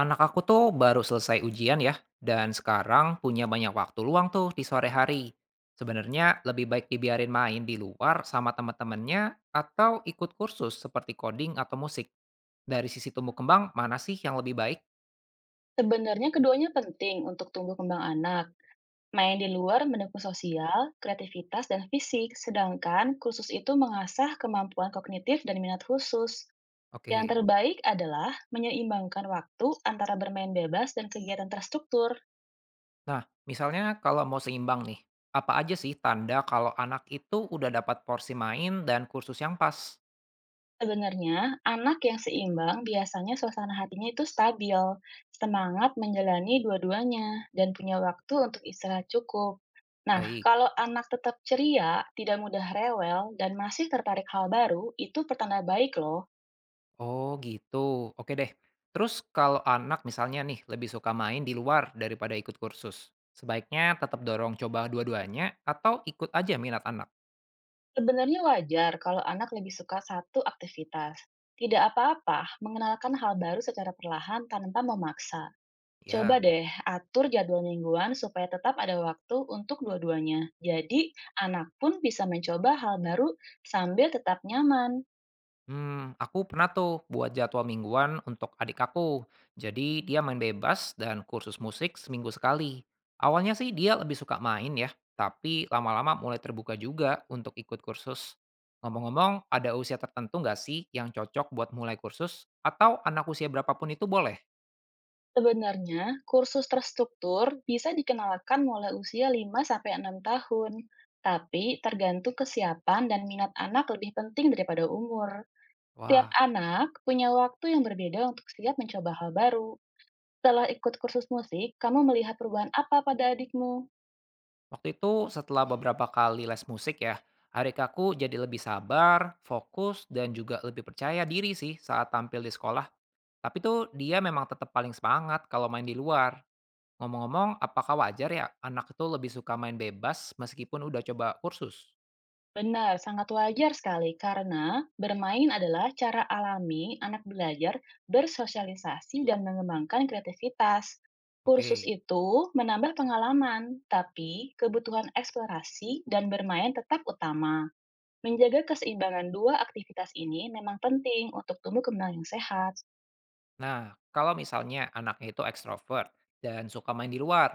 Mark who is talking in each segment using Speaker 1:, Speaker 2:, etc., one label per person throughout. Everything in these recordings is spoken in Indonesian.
Speaker 1: Anak aku tuh baru selesai ujian ya, dan sekarang punya banyak waktu luang tuh di sore hari. Sebenarnya lebih baik dibiarin main di luar sama teman-temannya atau ikut kursus seperti coding atau musik. Dari sisi tumbuh kembang, mana sih yang lebih baik?
Speaker 2: Sebenarnya keduanya penting untuk tumbuh kembang anak. Main di luar mendukung sosial, kreativitas, dan fisik, sedangkan kursus itu mengasah kemampuan kognitif dan minat khusus. Yang
Speaker 1: Oke.
Speaker 2: terbaik adalah menyeimbangkan waktu antara bermain bebas dan kegiatan terstruktur.
Speaker 1: Nah, misalnya kalau mau seimbang nih, apa aja sih tanda kalau anak itu udah dapat porsi main dan kursus yang pas?
Speaker 2: Sebenarnya, anak yang seimbang biasanya suasana hatinya itu stabil, semangat menjalani dua-duanya, dan punya waktu untuk istirahat cukup. Nah,
Speaker 1: Baik.
Speaker 2: kalau anak tetap ceria, tidak mudah rewel, dan masih tertarik hal baru, itu pertanda baik loh.
Speaker 1: Oh gitu, oke deh. Terus kalau anak misalnya nih lebih suka main di luar daripada ikut kursus, sebaiknya tetap dorong coba dua-duanya atau ikut aja minat anak?
Speaker 2: Sebenarnya wajar kalau anak lebih suka satu aktivitas. Tidak apa-apa mengenalkan hal baru secara perlahan tanpa memaksa. Coba
Speaker 1: Ya,
Speaker 2: deh atur jadwal mingguan supaya tetap ada waktu untuk dua-duanya. Jadi, anak pun bisa mencoba hal baru sambil tetap nyaman.
Speaker 1: hmm, aku pernah tuh buat jadwal mingguan untuk adik aku. Jadi dia main bebas dan kursus musik seminggu sekali. Awalnya sih dia lebih suka main ya, tapi lama-lama mulai terbuka juga untuk ikut kursus. Ngomong-ngomong, ada usia tertentu nggak sih yang cocok buat mulai kursus? Atau anak usia berapapun itu boleh?
Speaker 2: Sebenarnya, kursus terstruktur bisa dikenalkan mulai usia lima sampai enam tahun. Tapi, tergantung kesiapan dan minat anak lebih penting daripada umur. Tiap
Speaker 1: Wah,
Speaker 2: anak punya waktu yang berbeda untuk siap mencoba hal baru. Setelah ikut kursus musik, kamu melihat perubahan apa pada adikmu?
Speaker 1: waktu itu setelah beberapa kali les musik ya, hari jadi lebih sabar, fokus, dan juga lebih percaya diri sih saat tampil di sekolah. Tapi tuh dia memang tetap paling semangat kalau main di luar. Ngomong-ngomong, apakah wajar ya anak itu lebih suka main bebas meskipun udah coba kursus?
Speaker 2: Benar, sangat wajar sekali karena bermain adalah cara alami anak belajar bersosialisasi dan mengembangkan kreativitas. Kursus
Speaker 1: Oke.
Speaker 2: itu menambah pengalaman, tapi kebutuhan eksplorasi dan bermain tetap utama. Menjaga keseimbangan dua aktivitas ini memang penting untuk tumbuh kembang yang sehat.
Speaker 1: Nah, kalau misalnya anaknya itu ekstrovert dan suka main di luar,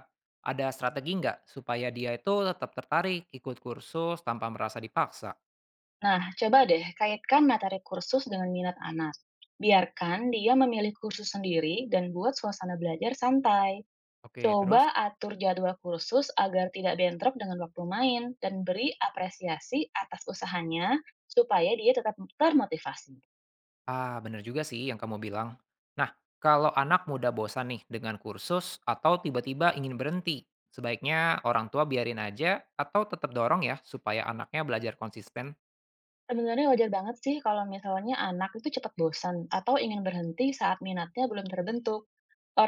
Speaker 1: ada strategi nggak supaya dia itu tetap tertarik ikut kursus tanpa merasa dipaksa?
Speaker 2: Nah, coba deh kaitkan materi kursus dengan minat anak. Biarkan dia memilih kursus sendiri dan buat suasana belajar santai.
Speaker 1: Oke,
Speaker 2: Coba
Speaker 1: terus?
Speaker 2: atur jadwal kursus agar tidak bentrok dengan waktu main dan beri apresiasi atas usahanya supaya dia tetap termotivasi.
Speaker 1: Ah, bener juga sih yang kamu bilang. Nah, kalau anak muda bosan nih dengan kursus atau tiba-tiba ingin berhenti, sebaiknya orang tua biarin aja atau tetap dorong ya supaya anaknya belajar konsisten,
Speaker 2: Sebenarnya wajar banget sih kalau misalnya anak itu cepat bosan atau ingin berhenti saat minatnya belum terbentuk.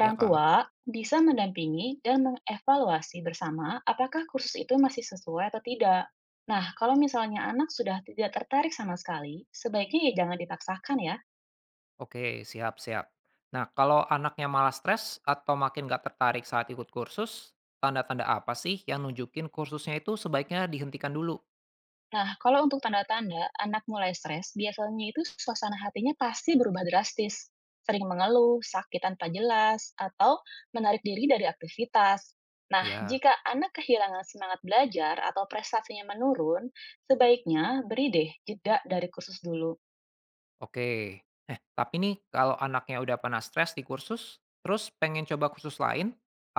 Speaker 1: ya kak?
Speaker 2: tua bisa mendampingi dan mengevaluasi bersama apakah kursus itu masih sesuai atau tidak. Nah, kalau misalnya anak sudah tidak tertarik sama sekali, sebaiknya ya jangan dipaksakan ya.
Speaker 1: Oke, siap-siap. Nah, kalau anaknya malah stres atau makin gak tertarik saat ikut kursus, tanda-tanda apa sih yang nunjukin kursusnya itu sebaiknya dihentikan dulu?
Speaker 2: Nah, kalau untuk tanda-tanda anak mulai stres, biasanya itu suasana hatinya pasti berubah drastis. Sering mengeluh, sakit tanpa jelas, atau menarik diri dari aktivitas. Nah,
Speaker 1: Ya.
Speaker 2: jika anak kehilangan semangat belajar atau prestasinya menurun, sebaiknya beri deh jeda dari kursus dulu.
Speaker 1: Oke. Eh, tapi nih kalau anaknya udah pernah stres di kursus, terus pengen coba kursus lain,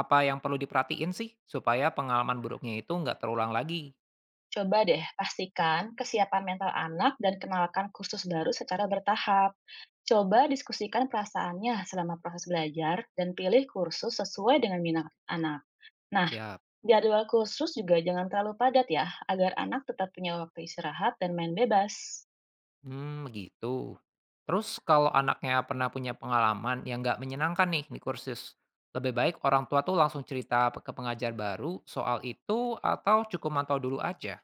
Speaker 1: apa yang perlu diperhatiin sih supaya pengalaman buruknya itu nggak terulang lagi?
Speaker 2: Coba deh pastikan kesiapan mental anak dan kenalkan kursus baru secara bertahap. Coba diskusikan perasaannya selama proses belajar dan pilih kursus sesuai dengan minat anak. Nah,
Speaker 1: Siap.
Speaker 2: jadwal khusus juga jangan terlalu padat ya, agar anak tetap punya waktu istirahat dan main bebas.
Speaker 1: Hmm, begitu. Terus kalau anaknya pernah punya pengalaman yang nggak menyenangkan nih di kursus, lebih baik orang tua tuh langsung cerita ke pengajar baru soal itu atau cukup mantau dulu aja?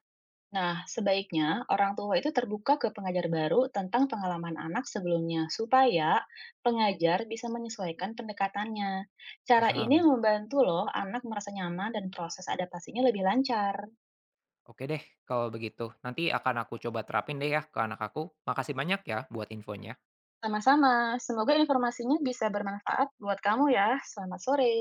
Speaker 2: Nah, sebaiknya orang tua itu terbuka ke pengajar baru tentang pengalaman anak sebelumnya, supaya pengajar bisa menyesuaikan pendekatannya. Cara ini
Speaker 1: Paham.
Speaker 2: membantu loh anak merasa nyaman dan proses adaptasinya lebih lancar.
Speaker 1: Oke deh, kalau begitu. Nanti akan aku coba terapin deh ya ke anak aku. Makasih banyak ya buat infonya.
Speaker 2: Sama-sama, semoga informasinya bisa bermanfaat buat kamu ya. Selamat sore.